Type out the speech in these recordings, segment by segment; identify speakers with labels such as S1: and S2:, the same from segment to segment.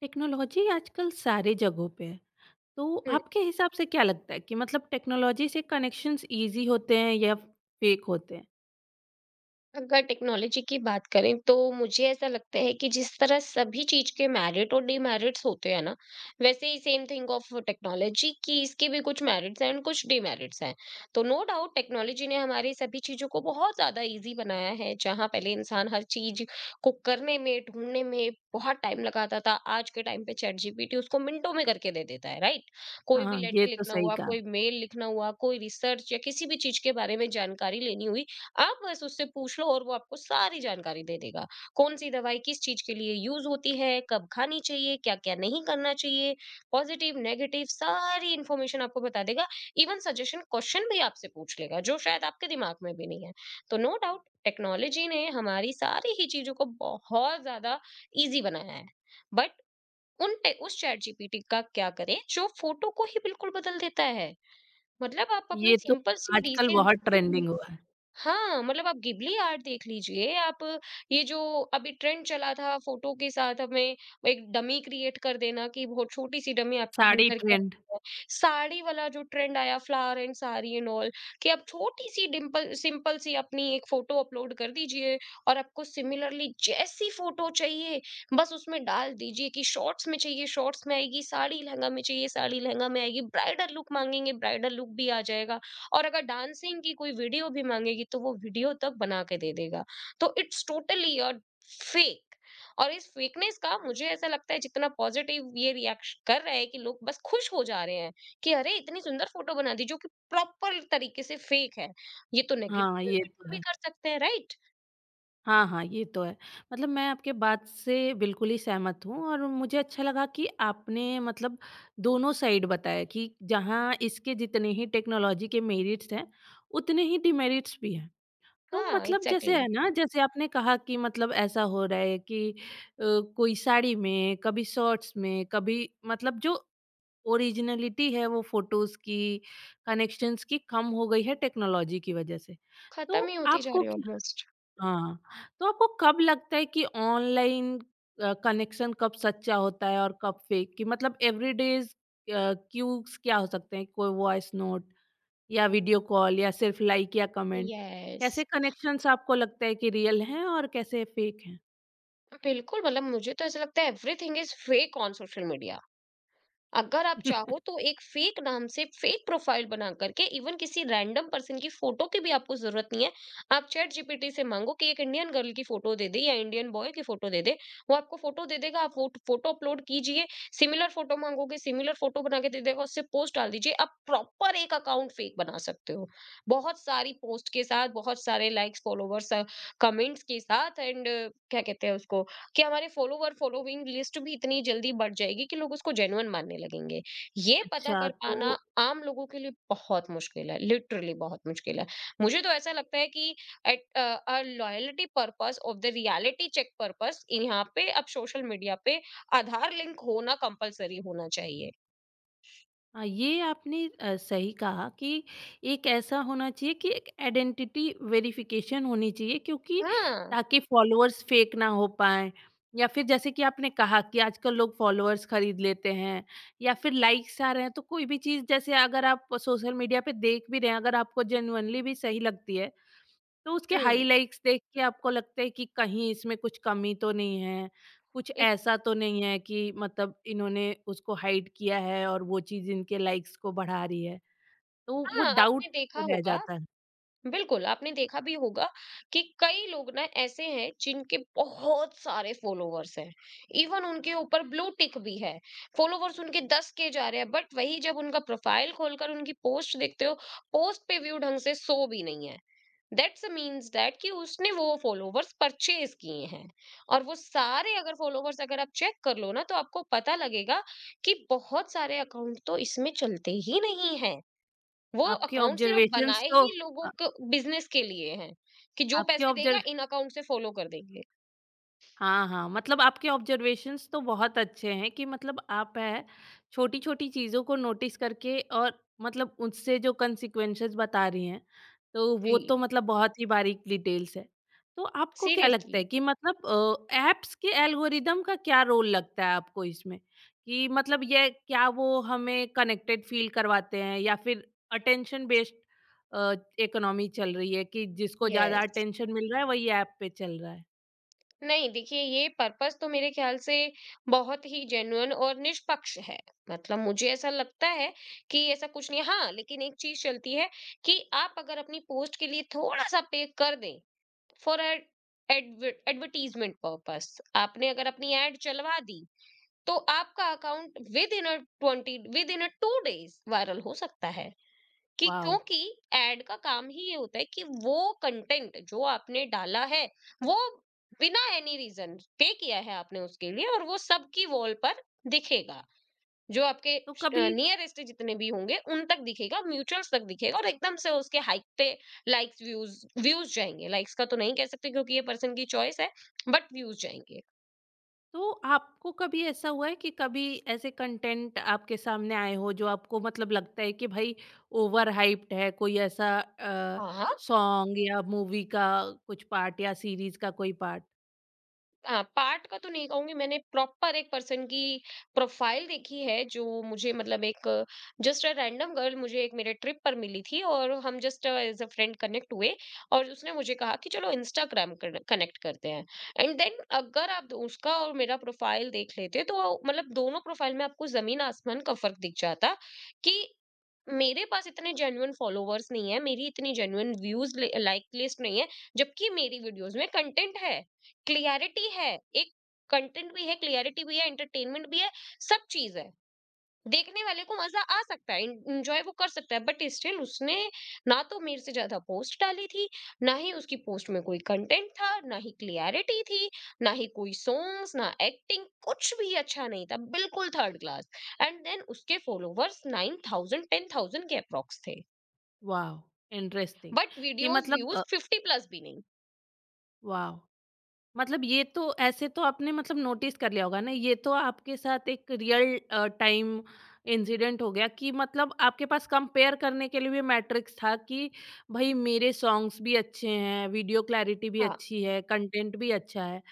S1: Technology आजकल सारे जगहों पे है। तो
S2: हुँ,
S1: आपके हिसाब से क्या लगता है कि मतलब टेक्नोलॉजी से कनेक्शंस ईज़ी होते हैं या फेक होते हैं?
S2: अगर टेक्नोलॉजी की बात करें तो मुझे ऐसा लगता है कि जिस तरह सभी चीज़ के मेरिट और डिमेरिट्स होते हैं ना, वैसे ही सेम थिंग ऑफ टेक्नोलॉजी कि इसके भी कुछ मेरिट्स हैं एंड कुछ डिमेरिट्स हैं। तो नो डाउट टेक्नोलॉजी ने हमारी सभी चीज़ों को बहुत ज़्यादा ईज़ी बनाया है, जहाँ पहले इंसान हर चीज़ को करने में, ढूँढने में बहुत टाइम लगाता था, आज के टाइम पे चैट जीपीटी उसको मिनटों में करके दे देता है, राइट? कोई भी
S1: हाँ, ये
S2: लेटर
S1: तो
S2: लिखना
S1: सही
S2: हुआ,
S1: कहा।
S2: कोई मेल लिखना हुआ, कोई रिसर्च या किसी भी चीज़ के बारे में जानकारी लेनी हुई, आप बस उससे पूछ लो और वो आपको सारी जानकारी दे देगा। कौन-सी दवाई किस चीज़ के लिए यूज़ होती है, कब खानी चाहिए, क्या-क्या नहीं करना चाहिए, पॉज़िटिव, नेगेटिव सारी इन्फॉर्मेशन आपको बता देगा। इवन सजेशन क्वेश्चन भी आपसे पूछ लेगा, जो शायद आपके दिमाग में भी नहीं है। तो नो डाउट टेक्नोलॉजी ने हमारी सारी ही चीज़ों को बहुत ज़्यादा ईज़ी बनाया है। बट उन टे उस चैट जीपीटी का क्या करें, जो फ़ोटो को ही बिल्कुल बदल देता है। मतलब आप अपनी
S1: ये तो
S2: सिंपल सी
S1: आजकल
S2: डिसेंट
S1: बहुत ट्रेंडिंग हुआ है।
S2: हाँ, मतलब आप गिबली आर्ट देख लीजिए, आप ये जो अभी ट्रेंड चला था फ़ोटो के साथ हमें एक डमी क्रिएट कर देना कि बहुत छोटी-सी डमी आपकी बन
S1: साड़ी
S2: कर के आई है।
S1: ट्रेंड।
S2: साड़ी वाला जो ट्रेंड आया flower and sari and all कि आप छोटी-सी डिंपल सिंपल सी अपनी एक फ़ोटो अपलोड कर दीजिए और आपको सिमिलरली जैसी फ़ोटो चाहिए, बस उसमें डाल दीजिए कि शॉर्ट्स में चाहिए शॉर्ट्स में आएगी, साड़ी लहंगा में चाहिए साड़ी लहंगा में आएगी, ब्राइडल लुक माँगेंगे ब्राइडल लुक भी आ जाएगा। और अगर डांसिंग की कोई वीडियो भी मांगेगी तो वो वीडियो तक बना के दे देगा। तो इट्स टोटली अ फेक। और इस फेकनेस का मुझे ऐसा लगता है जितना पॉजिटिव ये रिएक्शन कर रहा है कि लोग बस खुश हो जा रहे हैं कि अरे इतनी सुंदर फोटो बना दी जो कि प्रॉपर तरीके से फेक है। ये तो
S1: हाँ,
S2: नेगेटिव
S1: ये तो
S2: भी
S1: है।
S2: कर सकते हैं, राइट?
S1: हाँ, हाँ, ये तो है। मतलब मैं आपके बात से बिल्कुल ही सहमत हूँ और मुझे अच्छा लगा कि आपने मतलब दोनों साइड बताया कि जहाँ इसके जितने ही टेक्नोलॉजी के मेरिट्स हैं, उतने ही डिमेरिट्स भी हैं। तो
S2: हाँ,
S1: मतलब
S2: एग्जैक्टली
S1: जैसे
S2: exactly.
S1: है ना, जैसे आपने कहा कि मतलब ऐसा हो रहा है कि कोई साड़ी में, कभी शॉर्ट्स में, कभी मतलब जो ओरिजिनलिटी है वो फोटोज़ की, कनेक्शंस की कम हो गई है टेक्नोलॉजी की वजह से।
S2: खत्म ही
S1: तो
S2: होती जा
S1: आपको
S2: रही है
S1: क्या
S2: ऑलमोस्ट।
S1: हाँ, तो आपको कब लगता है कि ऑनलाइन कनेक्शन कब सच्चा होता है और कब फेक? कि मतलब एवरीडेज़ क्यूज़ क्या हो सकते हैं? कोई वॉइस नोट या वीडियो कॉल या सिर्फ लाइक या कमेंट,
S2: यस,
S1: कैसे कनेक्शंस आपको लगता है कि रियल हैं और कैसे फेक हैं?
S2: बिल्कुल, मतलब मुझे तो ऐसा लगता है everything is fake on social media. अगर आप चाहो तो एक फेक नाम से फेक प्रोफाइल बना करके इवन किसी रैंडम पर्सन की फोटो की भी आपको जरूरत नहीं है। आप चैट जीपीटी से मांगो कि एक इंडियन गर्ल की फोटो दे दे या इंडियन बॉय की फोटो दे दे, वो आपको फोटो दे देगा। आप वो फोटो अपलोड कीजिए, सिमिलर फोटो मांगोगे सिमिलर फोटो बना के दे देगा। उससे पोस्ट डाल दीजिए, आप प्रॉपर एक अकाउंट फेक बना सकते हो बहुत सारी पोस्ट के साथ, बहुत सारे लाइक्स, फॉलोवर्स, कमेंट्स के साथ। एंड क्या कहते हैं उसको कि हमारे फॉलोवर फॉलोइंग लिस्ट भी इतनी जल्दी बढ़ जाएगी कि लोग उसको जेन्युइन मानने लगेंगे। ये पता
S1: अच्छा,
S2: कर
S1: तो
S2: पाना आम लोगों के लिए बहुत मुश्किल है, लिटरली बहुत मुश्किल है। मुझे तो ऐसा लगता है कि at a loyalty purpose of the reality check purpose यहाँ पे अब सोशल मीडिया पे आधार लिंक होना कंपलसरी होना चाहिए।
S1: ये आपने सही कहा कि एक ऐसा होना चाहिए कि एक आइडेंटिटी वेरिफिकेशन होनी चाहिए क्योंकि
S2: हाँ।
S1: ताकि फॉलोअर्स फेक ना हो पाएँ, या फिर जैसे कि आपने कहा कि आजकल लोग फॉलोअर्स खरीद लेते हैं या फिर लाइक्स आ रहे हैं, तो कोई भी चीज़ जैसे अगर आप सोशल मीडिया पे देख भी रहे हैं, अगर आपको जेनुइनली भी सही लगती है तो उसके
S2: हम्म।
S1: हाइलाइट्स देख के आपको लगता है कि कहीं इसमें कुछ कमी तो नहीं है, कुछ
S2: एक-
S1: ऐसा तो नहीं है कि मतलब इन्होंने उसको हाइड किया है और वो चीज़ इनके लाइक्स को बढ़ा रही है। तो वो
S2: हाँ, आपने
S1: डाउट
S2: देखा
S1: रह
S2: होगा,
S1: जाता है।
S2: बिल्कुल आपने देखा भी होगा कि कई लोग ना ऐसे हैं जिनके बहुत सारे फॉलोवर्स हैं, इवन उनके ऊपर ब्लू टिक भी है, फॉलोवर्स उनके दस के जा रहे हैं, बट वही जब उनका प्रोफाइल खोलकर उनकी पोस्ट देखते हो पोस्ट पे व्यू ढंग से सो भी नहीं है। दैट्स मीन्स दैट कि उसने वो फॉलोवर्स परचेज किए हैं। और वो सारे अगर फॉलोवर्स अगर आप चेक कर लो ना तो आपको पता लगेगा कि बहुत सारे अकाउंट तो इसमें चलते ही नहीं है। वो
S1: आपके
S2: अकाउंट सिर्फ
S1: ऑब्जर्वेशंस
S2: बनाए
S1: तो
S2: ही लोगों
S1: अ,
S2: को बिजनेस के लिए हैं कि जो
S1: आपके
S2: पैसे
S1: ऑब्जर
S2: देगा इन अकाउंट से फॉलो कर देंगे।
S1: हाँ, हाँ, मतलब आपके ऑब्जर्वेशंस तो बहुत अच्छे हैं कि मतलब आप है छोटी-छोटी चीज़ों को नोटिस करके, और मतलब उससे जो कॉन्सिक्वेंसेस बता रही हैं, तो वो
S2: जी।
S1: तो मतलब बहुत ही बारीक डिटेल्स है। तो आपको क्या लगता
S2: सीरियसली।
S1: है कि मतलब ऐप्स के एल्गोरिदम का क्या रोल लगता है आपको इसमें? कि मतलब ये क्या वो हमें कनेक्टेड फील करवाते हैं या फिर अटेंशन बेस्ड अ, इकोनॉमी चल रही है कि जिसको ज़्यादा
S2: यस।
S1: अटेंशन मिल रहा है वही ऐप पे चल रहा है?
S2: नहीं, देखिए ये पर्पस तो मेरे ख्याल से बहुत ही जेन्युइन और निष्पक्ष है। मतलब मुझे ऐसा लगता है कि ऐसा कुछ नहीं है। हाँ, लेकिन एक चीज चलती है कि आप अगर अपनी पोस्ट के लिए थोड़ा सा पे कर दें फॉर एडवर्टीजमेंट पर्पस, आपने अगर अपनी एड चलवा दी तो आपका account within a twenty within a two days viral हो सकता है। कि
S1: वॉव!
S2: क्योंकि एड का काम ही ये होता है कि वो कंटेंट जो आपने डाला है वो बिना एनी रीजन पे किया है आपने उसके लिए और वो सबकी वॉल पर दिखेगा, जो
S1: तो कभी
S2: आपके नियरेस्ट जितने भी होंगे उन तक दिखेगा, म्यूचुअल्स तक दिखेगा और एकदम से उसके हाइक पे लाइक्स, व्यूज व्यूज जाएंगे। लाइक्स का तो नहीं कह सकते क्योंकि ये पर्सन की चॉइस है, बट व्यूज जाएंगे।
S1: तो आपको कभी ऐसा हुआ है कि कभी ऐसे कंटेंट आपके सामने आए हो जो आपको मतलब लगता है कि भाई ओवर हाइप्ड है, कोई ऐसा
S2: हाँ,
S1: सॉन्ग या मूवी का कुछ पार्ट या सीरीज का कोई पार्ट।
S2: अ, पार्ट का तो नहीं कहूँगी, मैंने प्रॉपर एक पर्सन की प्रोफाइल देखी है जो मुझे मतलब एक जस्ट अ रैंडम गर्ल मुझे एक मेरे ट्रिप पर मिली थी और हम just as a friend connect हुए और उसने मुझे कहा कि चलो इंस्टाग्राम कनेक्ट करते हैं। एंड देन अगर आप दो- उसका और मेरा प्रोफाइल देख लेते तो मतलब दोनों प्रोफाइल में आपको जमीन आसमान का फर्क दिख जाता कि मेरे पास इतने जेन्युइन फॉलोवर्स नहीं है, मेरी इतनी जेन्युइन व्यूज लाइक लिस्ट नहीं है, जबकि मेरी वीडियोस में कंटेंट है, क्लियरिटी है, एक कंटेंट भी है, क्लियरिटी भी है, एंटरटेनमेंट भी है, सब चीज है, देखने वाले को मजा आ सकता है, इंजॉय वो कर सकता है, बट स्टिल उसने ना तो मेरे से ज्यादा पोस्ट डाली थी, ना ही उसकी पोस्ट में कोई कंटेंट था, ना ही क्लियरिटी थी, ना ही कोई सॉन्ग्स, ना एक्टिंग, कुछ भी अच्छा नहीं था, बिल्कुल थर्ड क्लास। एंड देन उसके followers nine thousand ten thousand के अप्रॉक्स थे,
S1: वाह, इंटरेस्टिंग।
S2: बट
S1: कि
S2: वीडियोस व्यूज
S1: मतलब,
S2: फिफ्टी प्लस भी नहीं।
S1: वाह, मतलब ये तो ऐसे तो आपने मतलब नोटिस कर लिया होगा ना, ये तो आपके साथ एक रियल टाइम इंसिडेंट हो गया कि मतलब आपके पास कंपेयर करने के लिए भी मैट्रिक्स था कि भाई मेरे सॉन्ग्स भी अच्छे हैं, वीडियो क्लैरिटी भी
S2: हाँ,
S1: अच्छी है, कंटेंट भी अच्छा है।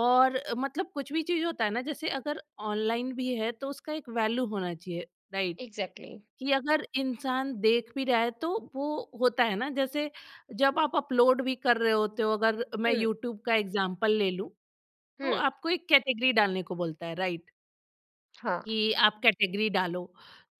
S1: और मतलब कुछ भी चीज़ होता है ना, जैसे अगर ऑनलाइन भी है तो उसका एक वैल्यू होना चाहिए, राइट?
S2: एग्जैक्टली।
S1: कि अगर इंसान देख भी रहा है तो वो होता है ना जैसे जब आप अपलोड भी कर रहे होते हो, अगर मैं
S2: हम्म।
S1: यूट्यूब का एग्जांपल ले लूं तो
S2: हम्म।
S1: आपको एक कैटेगरी डालने को बोलता है, राइट?
S2: हाँ।
S1: कि आप कैटेगरी डालो।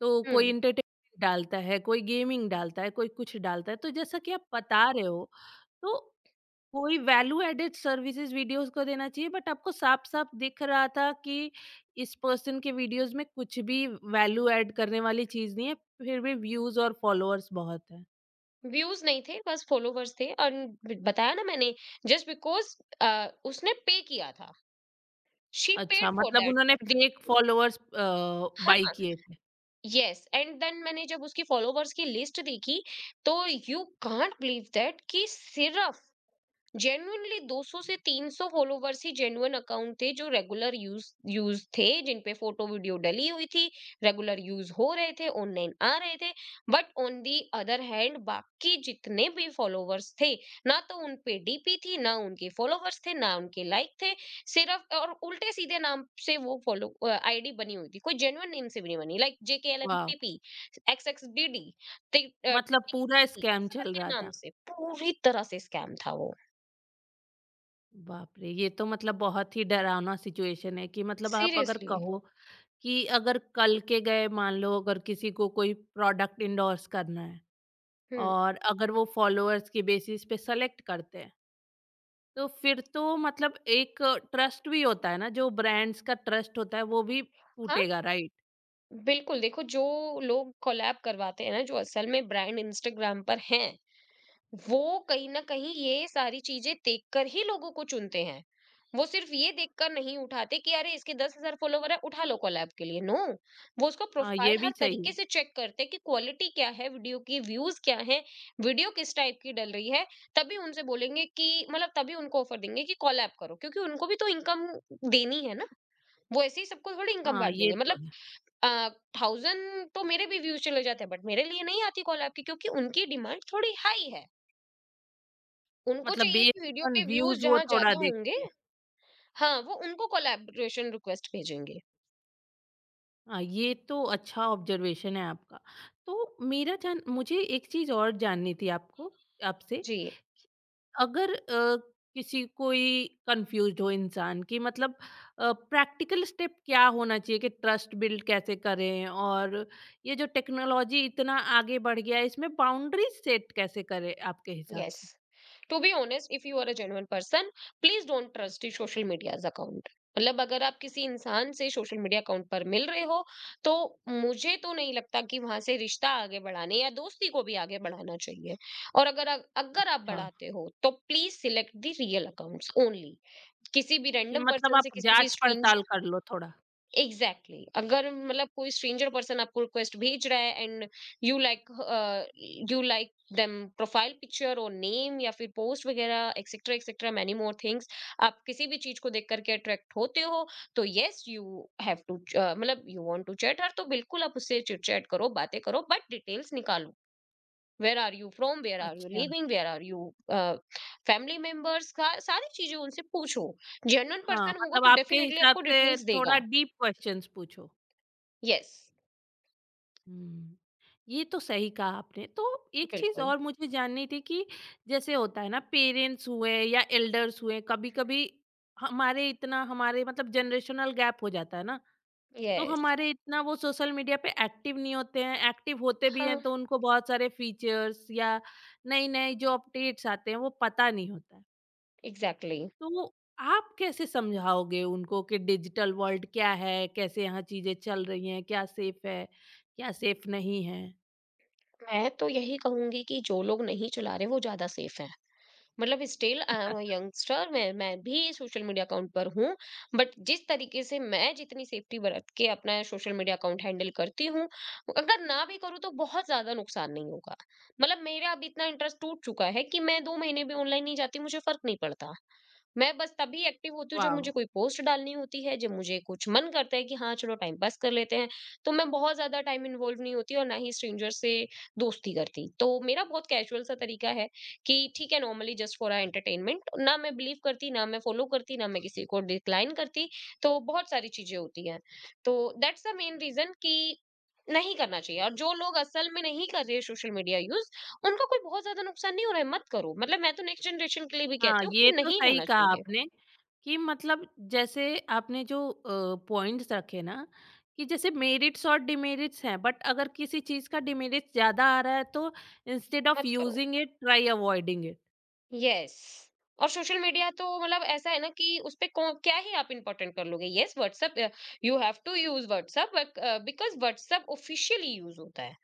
S1: तो कोई
S2: हम्म।
S1: एंटरटेनमेंट डालता है, कोई गेमिंग डालता है, कोई कुछ डालता है। तो जैसा कि आप बता रहे हो, तो कोई वैल्यू एडेड सर्विसेज़ वीडियोज़ को देना चाहिए, बट आपको साफ-साफ दिख रहा था कि इस पर्सन के वीडियोज़ में कुछ भी वैल्यू ऐड करने वाली चीज़ नहीं है, फिर भी व्यूज़ और फॉलोअर्स बहुत हैं।
S2: व्यूज नहीं थे, बस फॉलोवर्स थे। बताया ना मैंने, जस्ट बिकॉज उसने पे किया था, शी पेड
S1: अच्छा,
S2: फॉर
S1: मतलब
S2: दैट।
S1: उन्होंने फेक फॉलोअर्स बाय
S2: हाँ,
S1: किए थे।
S2: यस। एंड देन मैंने जब उसकी फॉलोवर्स की लिस्ट देखी तो यू कांट बिलीव दैट कि सिर्फ जेन्युइनली 200 से 300 फॉलोवर्स ही जेन्युइन अकाउंट थे, जो रेगुलर यूज यूज थे, जिन पे फोटो वीडियो डली हुई थी, रेगुलर यूज हो रहे थे, ऑनलाइन आ रहे थे। But on the other hand बाकी जितने भी फॉलोवर्स थे, ना तो उन पे डीपी थी, ना उनके फॉलोवर्स थे, ना उनके लाइक थे, सिर्फ और उल्टे सीधे नाम से वो फॉलो आईडी बनी हुई थी, कोई जेन्युइन नेम से भी नहीं बनी, लाइक जेके एल एम
S1: वाह!
S2: P P X X D D
S1: मतलब पूरा स्कैम चल रहा
S2: नाम
S1: था।
S2: से। पूरी तरह से स्कैम था वो।
S1: बाप रे! ये तो मतलब बहुत ही डरावना सिचुएशन है कि मतलब आप अगर
S2: सीरियसली।
S1: कहो कि अगर कल के गए मान लो अगर किसी को कोई प्रोडक्ट इंडोर्स करना है
S2: हुँ।
S1: और अगर वो फॉलोअर्स की बेसिस पे सेलेक्ट करते हैं, तो फिर तो मतलब एक ट्रस्ट भी होता है ना, जो ब्रांड्स का ट्रस्ट होता है वो भी
S2: हाँ,
S1: टूटेगा, राइट?
S2: बिल्कुल, देखो जो लोग कोलैब करवाते हैं ना, जो असल में ब्रांड इंस्टाग्राम पर हैं, वो कहीं न कहीं ये सारी चीज़ें देखकर ही लोगों को चुनते हैं। वो सिर्फ़ ये देखकर नहीं उठाते कि अरे इसके 10,000 फ़ॉलोवर है, उठा लो कोलैब के लिए, नो। वो उसका
S1: हाँ,
S2: प्रोफ़ाइल
S1: ये भी
S2: हर
S1: सही
S2: तरीके
S1: है।
S2: से चेक करते हैं कि क्वालिटी क्या है वीडियो की, व्यूज़ क्या हैं, वीडियो किस टाइप की डल रही है, तभी उनसे बोलेंगे कि मतलब तभी उनको ऑफ़र देंगे कि कोलैब करो, क्योंकि उनको भी तो इनकम देनी है ना। वो ऐसे ही सबको थोड़ी इनकम
S1: हाँ,
S2: बाँट
S1: ये
S2: देंगे
S1: तो
S2: मतलब।
S1: है।
S2: अ, 1000 तो मेरे भी व्यूज़ चले जाते हैं, बट मेरे लिए नहीं आती कॉल आपकी क्योंकि उनकी डिमांड थोड़ी हाई है। उनको
S1: मतलब
S2: चाहिए कि वीडियो
S1: बेस्ड ऑन
S2: पे व्यूज़
S1: व्यूज़ वो
S2: जहाँ
S1: थोड़ा
S2: ज़्यादा होंगे,
S1: देखते हैं।
S2: हाँ, वो उनको कोलैबोरेशन रिक्वेस्ट भेजेंगे।
S1: हाँ, ये तो अच्छा ऑब्जर्वेशन है आपका। तो मेरा जान मुझे एक चीज़ और जाननी थी आपको आपसे
S2: जी,
S1: कि अगर किसी कोई कन्फ्यूज़्ड हो इंसान कि मतलब प्रैक्टिकल स्टेप क्या होना चाहिए कि ट्रस्ट बिल्ड कैसे करें? और ये जो टेक्नोलॉज़ी इतना आगे बढ़ गया है, इसमें बाउंड्रीज़ सेट कैसे करें आपके हिसाब
S2: यस।
S1: से?
S2: To be honest if you are a genuine person, please don't trust the social medias account. मतलब अगर आप किसी इंसान से सोशल मीडिया अकाउंट पर मिल रहे हो तो मुझे तो नहीं लगता कि वहां से रिश्ता आगे बढ़ाने या दोस्ती को भी आगे बढ़ाना चाहिए। और अगर आप
S1: हाँ।
S2: बढ़ाते हो तो please select the real accounts only, किसी भी
S1: कि
S2: रैंडम
S1: मतलब
S2: पर्सन से
S1: आप
S2: किसी भी
S1: जाँच-पड़ताल
S2: स्ट्रेंजर।
S1: कर लो थोड़ा।
S2: Exactly exactly. अगर मतलब कोई स्ट्रेंजर पर्सन आपको रिक्वेस्ट भेज रहा है and you like you like them profile picture और नेम या फिर पोस्ट वगैरह etcetera etcetera many more things, आप किसी भी चीज को देख करके अट्रैक्ट होते हो, तो यस यू हैव टू मतलब you want to chat her, तो बिल्कुल आप उससे चिट चैट करो, बातें करो, बट डिटेल्स निकालो, where are you from, where are you
S1: अच्छा।
S2: Living, where are you family members का सारी चीजें उनसे पूछो। जेन्युइन
S1: हाँ,
S2: पर्सन होगा
S1: मतलब
S2: तो
S1: आपके
S2: डेफिनेटली
S1: हिसाब
S2: आपको
S1: से
S2: डिटेल्स
S1: थोड़ा
S2: देगा।
S1: डीप क्वेश्चन्स पूछो।
S2: यस।
S1: हुँ। ये तो सही कहा आपने। तो एक चीज़
S2: बिल्कुल,
S1: और मुझे जाननी थी कि जैसे होता है ना, पेरेंट्स हुए या एल्डर्स हुए, कभी-कभी हमारे मतलब जनरेशनल गैप हो जाता है ना, तो
S2: यस।
S1: हमारे इतना वो सोशल मीडिया पे एक्टिव नहीं होते हैं, एक्टिव होते भी
S2: हाँ,
S1: हैं तो उनको बहुत सारे फीचर्स या नई-नई जो अपडेट्स आते हैं वो पता नहीं होता है।
S2: एग्ज़ैक्टली।
S1: तो आप कैसे समझाओगे उनको कि डिजिटल वर्ल्ड क्या है? कैसे यहाँ चीज़ें चल रही हैं? क्या सेफ है, क्या सेफ नहीं है?
S2: मैं तो यही कहूँगी कि जो लोग नहीं चला रहे वो ज़्यादा सेफ हैं। मतलब still I am a youngster, मैं भी सोशल मीडिया अकाउंट पर हूँ, बट जिस तरीके से मैं जितनी सेफ्टी बरत के अपना सोशल मीडिया अकाउंट हैंडल करती हूँ, अगर ना भी करूँ तो बहुत ज़्यादा नुकसान नहीं होगा। मतलब मेरा अब इतना इंटरेस्ट टूट चुका है कि मैं 2 महीने भी ऑनलाइन नहीं जाती, मुझे फ़र्क नहीं पड़ता। मैं बस तभी एक्टिव होती हूँ जब मुझे
S1: वाव!
S2: कोई पोस्ट डालनी होती है, जब मुझे कुछ मन करता है कि हाँ, चलो टाइम पास कर लेते हैं, तो मैं बहुत ज़्यादा टाइम इन्वॉल्व नहीं होती और ना ही स्ट्रेंजर से दोस्ती करती। तो मेरा बहुत कैजुअल सा तरीका है कि ठीक है, normally just for a entertainment ना मैं बिलीव करती, ना मैं फॉलो करती, ना मैं किसी को डिक्लाइन करती, तो बहुत सारी चीज़ें होती हैं। तो दैट्स द मेन रीज़न कि नहीं करना चाहिए और जो लोग असल में नहीं कर रहे हैं सोशल मीडिया यूज़, उनका कोई बहुत ज़्यादा नुकसान नहीं हो रहा है, मत करो। मतलब मैं तो नेक्स्ट जनरेशन के लिए भी
S1: हाँ,
S2: कहती हूँ
S1: ये
S2: कि
S1: तो
S2: नहीं
S1: सही
S2: होना
S1: कहा
S2: चाहिए,
S1: आपने कि मतलब जैसे आपने जो पॉइंट्स रखे ना, कि जैसे मेरिट्स और डिमेरिट्स हैं, बट अगर किसी चीज़ का डिमेरिट्स ज़्यादा आ रहा है तो इंस्टेड ऑफ
S2: मत करो।
S1: Using it try avoiding it.
S2: Yes. और सोशल मीडिया तो मतलब ऐसा है ना कि उसपे कौन क्या ही आप इम्पोर्टेंट कर लोगे? Yes, WhatsApp, you have to use WhatsApp but because WhatsApp officially use होता है।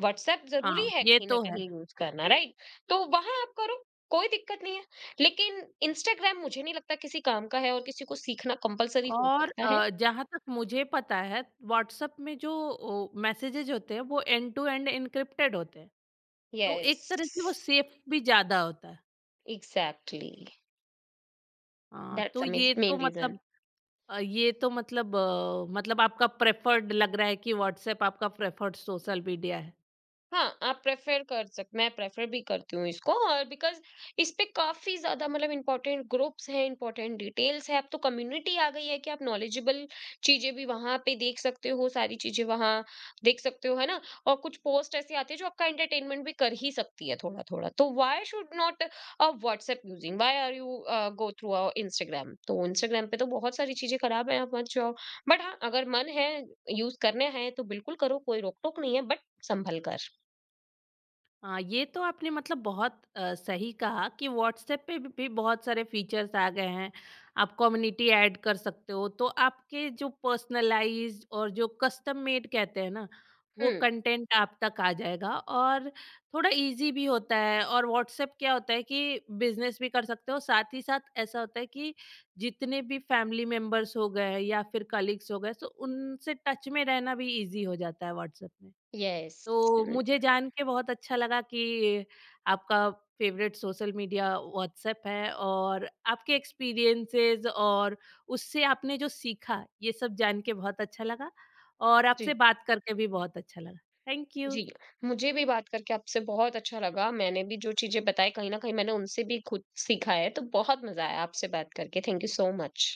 S2: व्हाट्सएप ज़रूरी
S1: हाँ,
S2: है
S1: ये
S2: कहीं न
S1: तो है।
S2: कहीं यूज़ करना, राइट? तो वहाँ आप करो, कोई दिक्कत नहीं है। लेकिन इंस्टाग्राम मुझे नहीं लगता किसी काम का है और किसी को सीखना कंपल्सरी हो
S1: और
S2: सकता है।
S1: जहाँ तक मुझे पता है व्हाट्सएप में जो मैसेजेज होते हैं वो एंड टू एंड एन्क्रिप्टेड होते हैं, तो
S2: यस,
S1: एक तरह से वो सेफ भी ज़्यादा होता है।
S2: एग्ज़ैक्टली।
S1: हाँ,
S2: That's
S1: तो
S2: the mis
S1: ये तो
S2: main reason.
S1: मतलब अ, ये तो मतलब अ, मतलब आपका प्रेफर्ड लग रहा है कि व्हाट्सएप आपका प्रेफर्ड सोशल मीडिया है।
S2: हाँ, आप प्रेफ़र कर सक मैं प्रेफ़र भी करती हूँ इसको, और बिकॉज़ इस पे काफ़ी ज़्यादा मतलब इम्पोर्टेंट ग्रुप्स हैं, इम्पोर्टेंट डिटेल्स हैं, अब तो कम्युनिटी आ गई है कि आप नॉलेजेबल चीज़ें भी वहाँ पे देख सकते हो, सारी चीज़ें वहाँ देख सकते हो, है ना? और कुछ पोस्ट ऐसी आती है जो आपका एंटरटेनमेंट भी कर ही सकती है थोड़ा-थोड़ा। तो why should not WhatsApp using? Why are you go through Instagram? तो इंस्टाग्राम पे तो बहुत सारी चीज़ें खराब हैं, आप मत जाओ। बट हाँ, अगर मन है, यूज़ करने हैं, तो बिल्कुल करो, कोई रोक-टोक नहीं है, बट सँभल कर।
S1: हाँ, ये तो आपने मतलब बहुत सही कहा कि व्हाट्सएप पे भी बहुत सारे फीचर्स आ गए हैं। आप कम्युनिटी ऐड कर सकते हो तो आपके जो पर्सनलाइज और जो कस्टम मेड कहते हैं ना, वो
S2: हुँ,
S1: कंटेंट आप तक आ जाएगा और थोड़ा इजी भी होता है, और व्हाट्सएप क्या होता है कि बिजनेस भी कर सकते हो, साथ ही साथ ऐसा होता है कि जितने भी फैमिली मेंबर्स हो गए या फिर कलीग्स हो गए, तो उनसे टच में रहना भी इजी हो जाता है व्हाट्सएप में।
S2: यस।
S1: तो
S2: हुँ,
S1: मुझे जान के बहुत अच्छा लगा कि आपका फ़ेवरेट सोशल मीडिया व्हाट्सएप है, और आपके एक्सपीरियंसेस और उससे आपने जो सीखा, ये सब जान के बहुत अच्छा लगा, और आपसे
S2: जी,
S1: बात करके भी बहुत अच्छा लगा। Thank you.
S2: जी। मुझे भी बात करके आपसे बहुत अच्छा लगा। मैंने भी जो चीज़ें बताई, कहीं न कहीं मैंने उनसे भी खुद सीखा है, तो बहुत मज़ा आया आपसे बात करके। Thank you so much.